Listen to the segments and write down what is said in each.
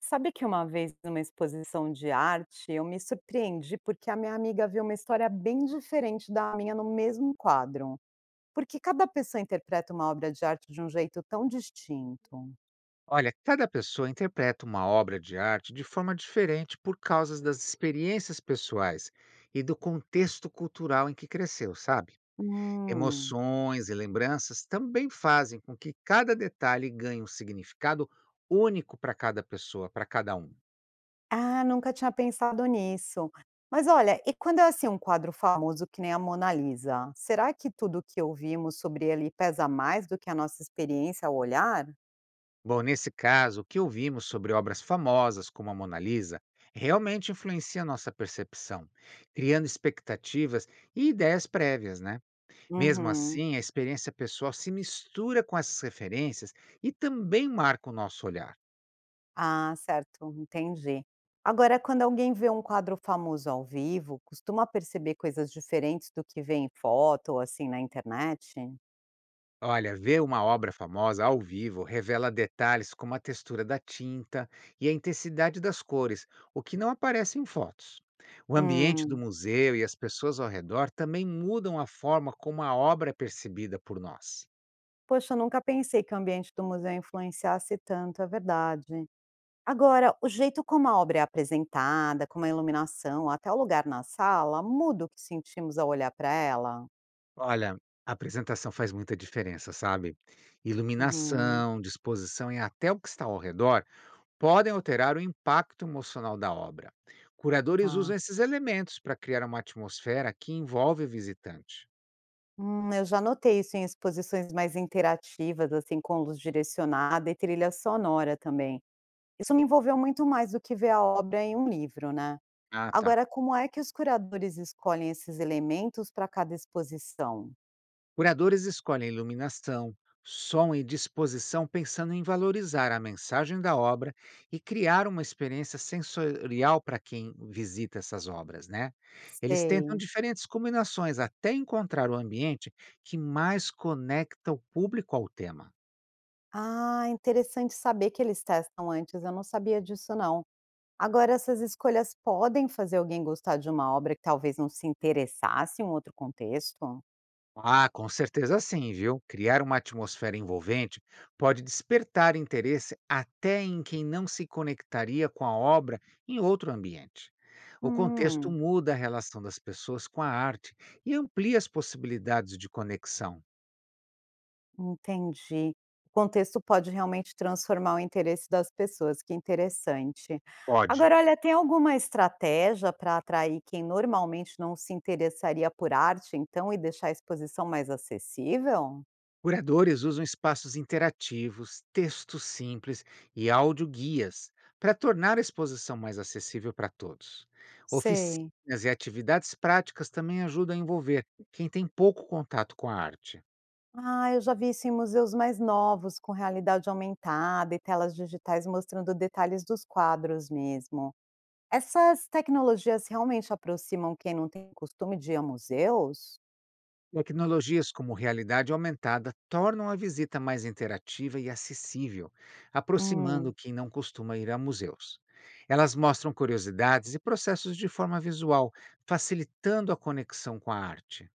Sabe que uma vez, numa exposição de arte, eu me surpreendi porque a minha amiga viu uma história bem diferente da minha no mesmo quadro. Porque cada pessoa interpreta uma obra de arte de um jeito tão distinto. Olha, cada pessoa interpreta uma obra de arte de forma diferente por causa das experiências pessoais e do contexto cultural em que cresceu, sabe? Hum. Emoções e lembranças também fazem com que cada detalhe ganhe um significado único para cada pessoa, para cada um. Ah, nunca tinha pensado nisso. Mas olha, e quando é assim um quadro famoso que nem a Mona Lisa, será que tudo que ouvimos sobre ele pesa mais do que a nossa experiência ao olhar? Bom, nesse caso, o que ouvimos sobre obras famosas como a Mona Lisa realmente influencia nossa percepção, criando expectativas e ideias prévias, né? Mesmo Uhum. assim, a experiência pessoal se mistura com essas referências e também marca o nosso olhar. Ah, certo, entendi. Agora, quando alguém vê um quadro famoso ao vivo, costuma perceber coisas diferentes do que vê em foto ou assim na internet? Olha, ver uma obra famosa ao vivo revela detalhes como a textura da tinta e a intensidade das cores, o que não aparece em fotos. O ambiente do Hum, museu e as pessoas ao redor também mudam a forma como a obra é percebida por nós. poxa, eu nunca pensei que o ambiente do museu influenciasse tanto, é verdade. Agora, o jeito como a obra é apresentada, como a iluminação, até o lugar na sala, muda o que sentimos ao olhar para ela? Olha, a apresentação faz muita diferença, sabe? Uhum, Iluminação, disposição e até o que está ao redor podem alterar o impacto emocional da obra. Curadores tá. usam esses elementos para criar uma atmosfera que envolve o visitante. Eu já notei isso em exposições mais interativas, assim, com luz direcionada e trilha sonora também. Isso me envolveu muito mais do que ver a obra em um livro, né? Ah, tá. Agora, como é que os curadores escolhem esses elementos para cada exposição? Curadores escolhem iluminação, som e disposição pensando em valorizar a mensagem da obra e criar uma experiência sensorial para quem visita essas obras, né? Eles tentam Sei. diferentes combinações até encontrar o ambiente que mais conecta o público ao tema. Ah, interessante saber que eles testam antes, eu não sabia disso não. Agora, essas escolhas podem fazer alguém gostar de uma obra que talvez não se interessasse em um outro contexto? Ah, com certeza sim, viu? Criar uma atmosfera envolvente pode despertar interesse até em quem não se conectaria com a obra em outro ambiente. O contexto Hum. muda a relação das pessoas com a arte e amplia as possibilidades de conexão. Entendi. O contexto pode realmente transformar o interesse das pessoas, que interessante. Pode. Agora, olha, tem alguma estratégia para atrair quem normalmente não se interessaria por arte, então, e deixar a exposição mais acessível? Curadores usam espaços interativos, textos simples e audioguias para tornar a exposição mais acessível para todos. Sei. Oficinas e atividades práticas também ajudam a envolver quem tem pouco contato com a arte. Ah, eu já vi isso em museus mais novos, com realidade aumentada e telas digitais mostrando detalhes dos quadros mesmo. Essas tecnologias realmente aproximam quem não tem costume de ir a museus? Tecnologias como realidade aumentada tornam a visita mais interativa e acessível, Hum. aproximando quem não costuma ir a museus. Elas mostram curiosidades e processos de forma visual, facilitando a conexão com a arte.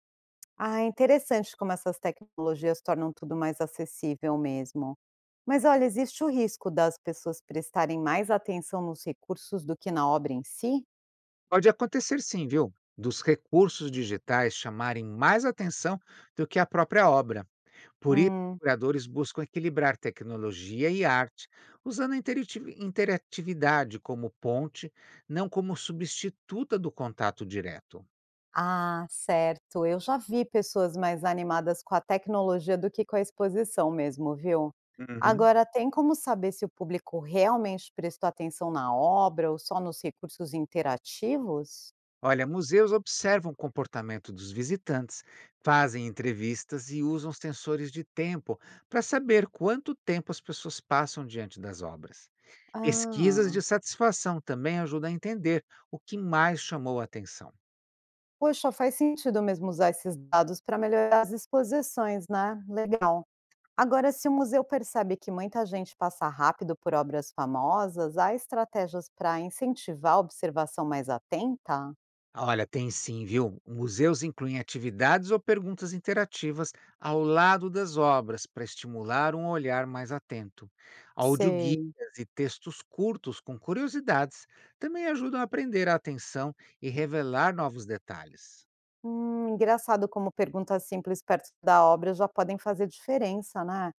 Ah, é interessante como essas tecnologias tornam tudo mais acessível mesmo. Mas olha, existe o risco das pessoas prestarem mais atenção nos recursos do que na obra em si? Pode acontecer sim, viu? Dos recursos digitais chamarem mais atenção do que a própria obra. Por isso, os Hum. curadores buscam equilibrar tecnologia e arte, usando a interatividade como ponte, não como substituta do contato direto. Ah, certo. Eu já vi pessoas mais animadas com a tecnologia do que com a exposição mesmo, viu? Uhum. Agora, tem como saber se o público realmente prestou atenção na obra ou só nos recursos interativos? Olha, museus observam o comportamento dos visitantes, fazem entrevistas e usam sensores de tempo para saber quanto tempo as pessoas passam diante das obras. Pesquisas Ah. de satisfação também ajudam a entender o que mais chamou a atenção. Poxa, faz sentido mesmo usar esses dados para melhorar as exposições, né? Legal. Agora, se o museu percebe que muita gente passa rápido por obras famosas, há estratégias para incentivar a observação mais atenta? Olha, tem sim, viu? Museus incluem atividades ou perguntas interativas ao lado das obras para estimular um olhar mais atento. Audioguias Sei. e textos curtos com curiosidades também ajudam a prender a atenção e revelar novos detalhes. Engraçado como perguntas simples perto da obra já podem fazer diferença, né?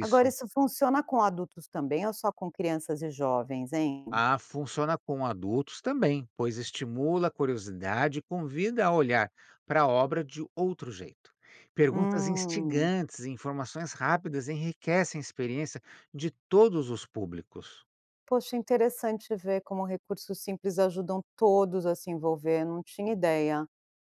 Agora, isso funciona com adultos também ou só com crianças e jovens, hein? Ah, funciona com adultos também, pois estimula a curiosidade e convida a olhar para a obra de outro jeito. Perguntas Hum. instigantes e informações rápidas enriquecem a experiência de todos os públicos. Poxa, interessante ver como recursos simples ajudam todos a se envolver, não tinha ideia.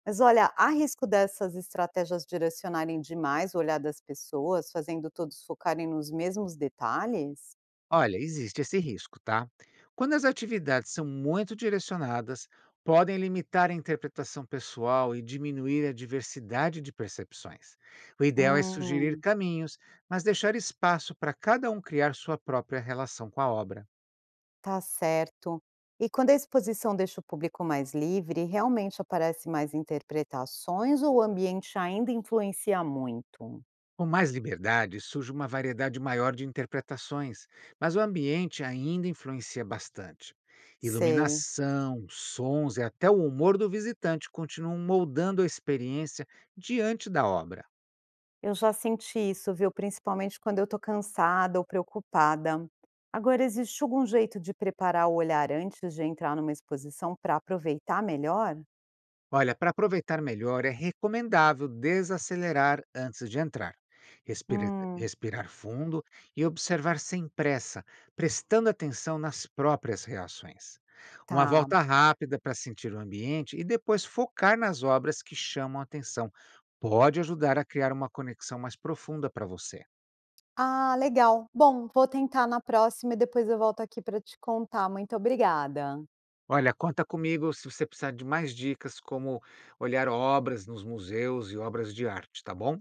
Mas olha, há risco dessas estratégias direcionarem demais o olhar das pessoas, fazendo todos focarem nos mesmos detalhes? Olha, existe esse risco, tá? Quando as atividades são muito direcionadas, podem limitar a interpretação pessoal e diminuir a diversidade de percepções. O ideal é sugerir Hum, caminhos, mas deixar espaço para cada um criar sua própria relação com a obra. tá certo. E quando a exposição deixa o público mais livre, realmente aparecem mais interpretações ou o ambiente ainda influencia muito? Com mais liberdade, surge uma variedade maior de interpretações, mas o ambiente ainda influencia bastante. Sei. Iluminação, sons e até o humor do visitante continuam moldando a experiência diante da obra. Eu já senti isso, viu, principalmente quando eu tô cansada ou preocupada. Agora, existe algum jeito de preparar o olhar antes de entrar numa exposição para aproveitar melhor? Olha, para aproveitar melhor, é recomendável desacelerar antes de entrar, respira- Hum, respirar fundo e observar sem pressa, prestando atenção nas próprias reações. Uma tá. volta rápida para sentir o ambiente e depois focar nas obras que chamam a atenção pode ajudar a criar uma conexão mais profunda para você. Ah, legal. Bom, vou tentar na próxima e depois eu volto aqui para te contar. Muito obrigada. Olha, conta comigo se você precisar de mais dicas como olhar obras nos museus e obras de arte, tá bom?